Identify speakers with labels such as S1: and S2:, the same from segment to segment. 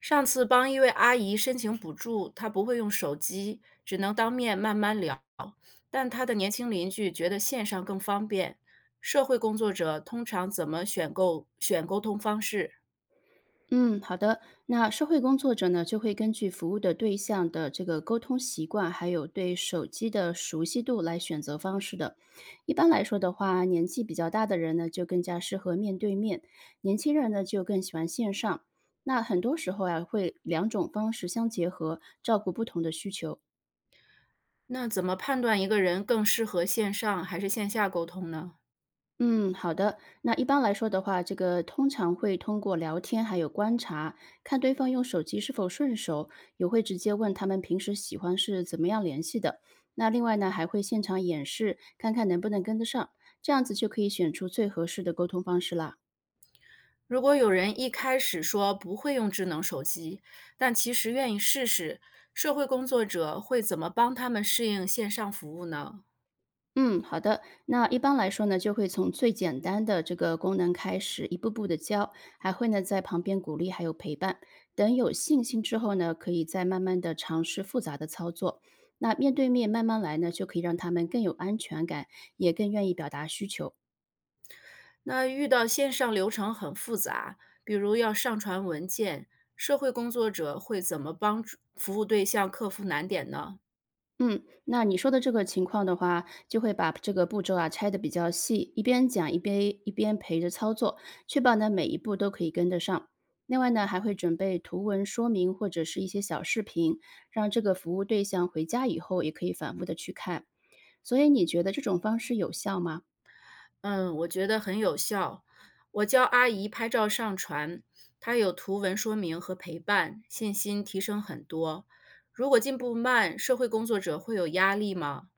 S1: 上次帮一位阿姨申请补助，她不会用手机，只能当面慢慢聊。但她的年轻邻居觉得线上更方便。社会工作者通常怎么选购选沟通方式？
S2: 嗯，好的。那社会工作者呢，就会根据服务的对象的这个沟通习惯，还有对手机的熟悉度来选择方式的。一般来说的话，年纪比较大的人呢，就更加适合面对面；年轻人呢，就更喜欢线上。那很多时候啊，会两种方式相结合，照顾不同的需求。
S1: 那怎么判断一个人更适合线上还是线下沟通呢？
S2: 嗯，好的。那一般来说的话，这个通常会通过聊天还有观察，看对方用手机是否顺手，也会直接问他们平时喜欢是怎么样联系的。那另外呢，还会现场演示，看看能不能跟得上，这样子就可以选出最合适的沟通方式啦。
S1: 如果有人一开始说不会用智能手机，但其实愿意试试，社会工作者会怎么帮他们适应线上服务呢？
S2: 嗯，好的。那一般来说呢，就会从最简单的这个功能开始，一步步的教，还会呢在旁边鼓励还有陪伴。等有信心之后呢，可以再慢慢的尝试复杂的操作。那面对面慢慢来呢，就可以让他们更有安全感，也更愿意表达需求。
S1: 那遇到线上流程很复杂，比如要上传文件，社会工作者会怎么帮助服务对象克服难点呢？
S2: 嗯，那你说的这个情况的话，就会把这个步骤啊拆的比较细，一边讲一边陪着操作，确保呢每一步都可以跟得上。另外呢，还会准备图文说明或者是一些小视频，让这个服务对象回家以后也可以反复的去看。所以你觉得这种方式有效吗？
S1: 嗯，我觉得很有效。我教阿姨拍照上传，她有图文说明和陪伴，信心提升很多。如果进步慢，社会工作者会有压力吗？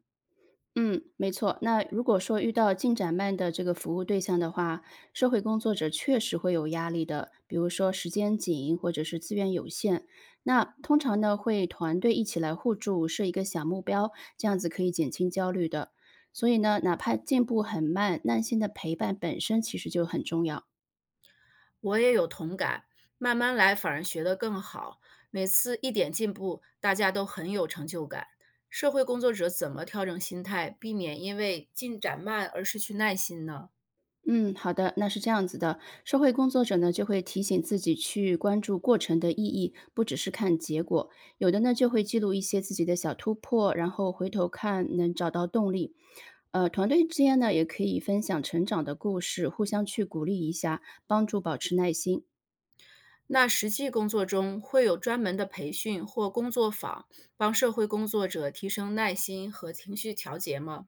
S2: 嗯，没错。那如果说遇到进展慢的这个服务对象的话，社会工作者确实会有压力的，比如说时间紧或者是资源有限。那通常呢，会团队一起来互助，设一个小目标，这样子可以减轻焦虑的。所以呢，哪怕进步很慢，耐心的陪伴本身其实就很重要。
S1: 我也有同感，慢慢来反而学得更好。每次一点进步，大家都很有成就感。社会工作者怎么调整心态，避免因为进展慢而失去耐心呢？
S2: 嗯，好的，那是这样子的，社会工作者呢就会提醒自己去关注过程的意义，不只是看结果。有的呢就会记录一些自己的小突破，然后回头看能找到动力。团队之间呢也可以分享成长的故事，互相去鼓励一下，帮助保持耐心。
S1: 那实际工作中会有专门的培训或工作坊，帮社会工作者提升耐心和情绪调节吗？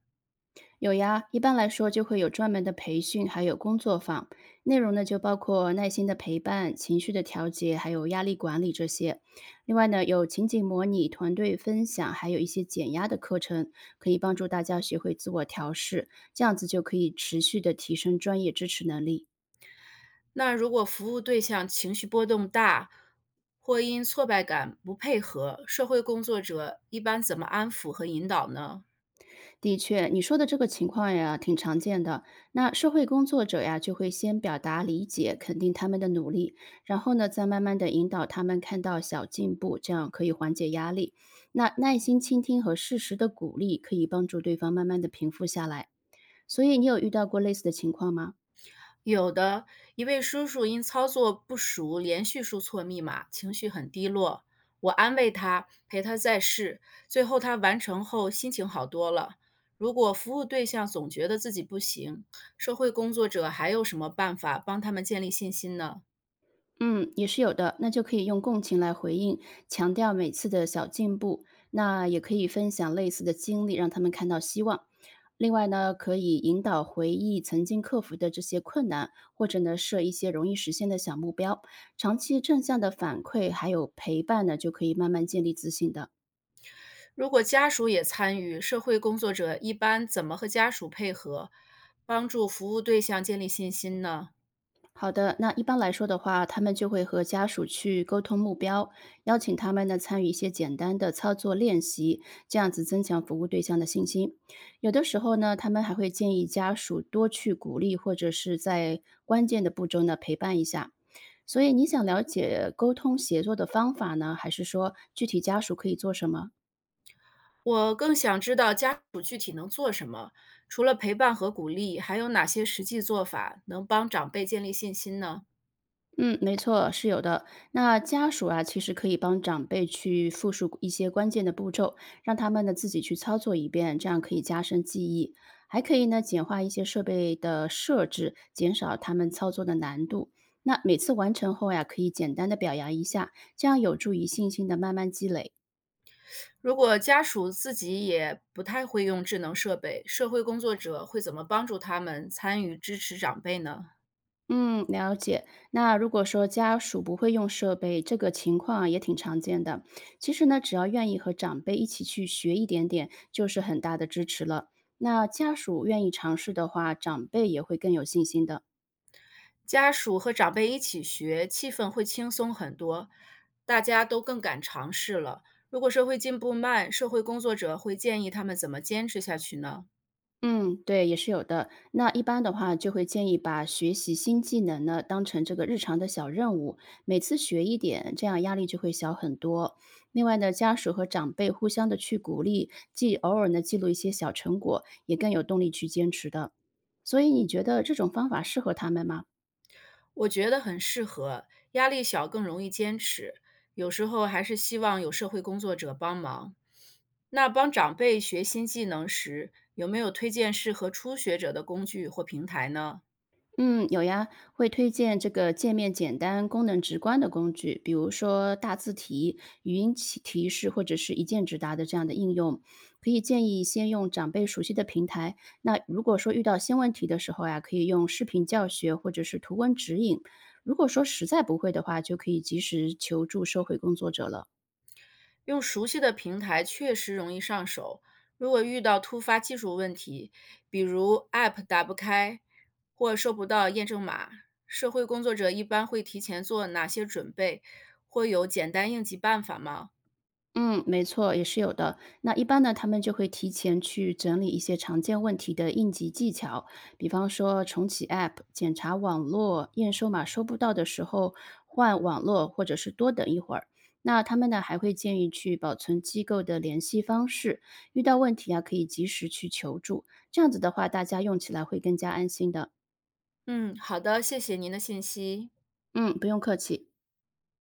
S2: 有呀，一般来说就会有专门的培训，还有工作坊，内容呢就包括耐心的陪伴、情绪的调节，还有压力管理这些。另外呢，有情景模拟、团队分享，还有一些减压的课程，可以帮助大家学会自我调试，这样子就可以持续的提升专业支持能力。
S1: 那如果服务对象情绪波动大，或因挫败感不配合，社会工作者一般怎么安抚和引导呢？
S2: 的确，你说的这个情况呀，挺常见的。那社会工作者呀，就会先表达理解，肯定他们的努力，然后呢，再慢慢的引导他们看到小进步，这样可以缓解压力。那耐心倾听和适时的鼓励，可以帮助对方慢慢的平复下来。所以，你有遇到过类似的情况吗？
S1: 有的，一位叔叔因操作不熟，连续输错密码，情绪很低落。我安慰他，陪他再试，最后他完成后心情好多了。如果服务对象总觉得自己不行，社会工作者还有什么办法帮他们建立信心呢？
S2: 嗯，也是有的，那就可以用共情来回应，强调每次的小进步。那也可以分享类似的经历，让他们看到希望。另外呢，可以引导回忆曾经克服的这些困难，或者呢设一些容易实现的小目标。长期正向的反馈还有陪伴呢，就可以慢慢建立自信的。
S1: 如果家属也参与，社会工作者一般怎么和家属配合，帮助服务对象建立信心呢？
S2: 好的，那一般来说的话，他们就会和家属去沟通目标，邀请他们呢参与一些简单的操作练习，这样子增强服务对象的信心。有的时候呢，他们还会建议家属多去鼓励，或者是在关键的步骤呢陪伴一下。所以你想了解沟通协作的方法呢，还是说具体家属可以做什么？
S1: 我更想知道家属具体能做什么，除了陪伴和鼓励，还有哪些实际做法能帮长辈建立信心呢？
S2: 嗯，没错，是有的。那家属啊，其实可以帮长辈去复述一些关键的步骤，让他们呢自己去操作一遍，这样可以加深记忆，还可以呢简化一些设备的设置，减少他们操作的难度。那每次完成后呀，可以简单的表扬一下，这样有助于信心的慢慢积累。
S1: 如果家属自己也不太会用智能设备，社会工作者会怎么帮助他们参与支持长辈呢？
S2: 嗯，了解。那如果说家属不会用设备，这个情况啊也挺常见的。其实呢，只要愿意和长辈一起去学一点点，就是很大的支持了。那家属愿意尝试的话，长辈也会更有信心的。
S1: 家属和长辈一起学，气氛会轻松很多，大家都更敢尝试了。如果社会进步慢，社会工作者会建议他们怎么坚持下去呢？
S2: 嗯，对，也是有的。那一般的话，就会建议把学习新技能呢当成这个日常的小任务，每次学一点，这样压力就会小很多。另外呢，家属和长辈互相的去鼓励，既偶尔呢记录一些小成果，也更有动力去坚持的。所以你觉得这种方法适合他们吗？
S1: 我觉得很适合，压力小更容易坚持。有时候还是希望有社会工作者帮忙。那帮长辈学新技能时，有没有推荐适合初学者的工具或平台呢？
S2: 嗯，有呀，会推荐这个界面简单、功能直观的工具，比如说大字体、语音提示或者是一键直达的这样的应用。可以建议先用长辈熟悉的平台。那如果说遇到新问题的时候呀、可以用视频教学或者是图文指引。如果说实在不会的话，就可以及时求助社会工作者了。
S1: 用熟悉的平台确实容易上手。如果遇到突发技术问题，比如 App 打不开或收不到验证码，社会工作者一般会提前做哪些准备？会有简单应急办法吗？
S2: 嗯，没错，也是有的。那一般呢，他们就会提前去整理一些常见问题的应急技巧，比方说重启 App、检查网络、验收码收不到的时候换网络，或者是多等一会儿。那他们呢，还会建议去保存机构的联系方式，遇到问题啊可以及时去求助。这样子的话，大家用起来会更加安心的。
S1: 嗯，好的，谢谢您的信息。
S2: 嗯，不用客气。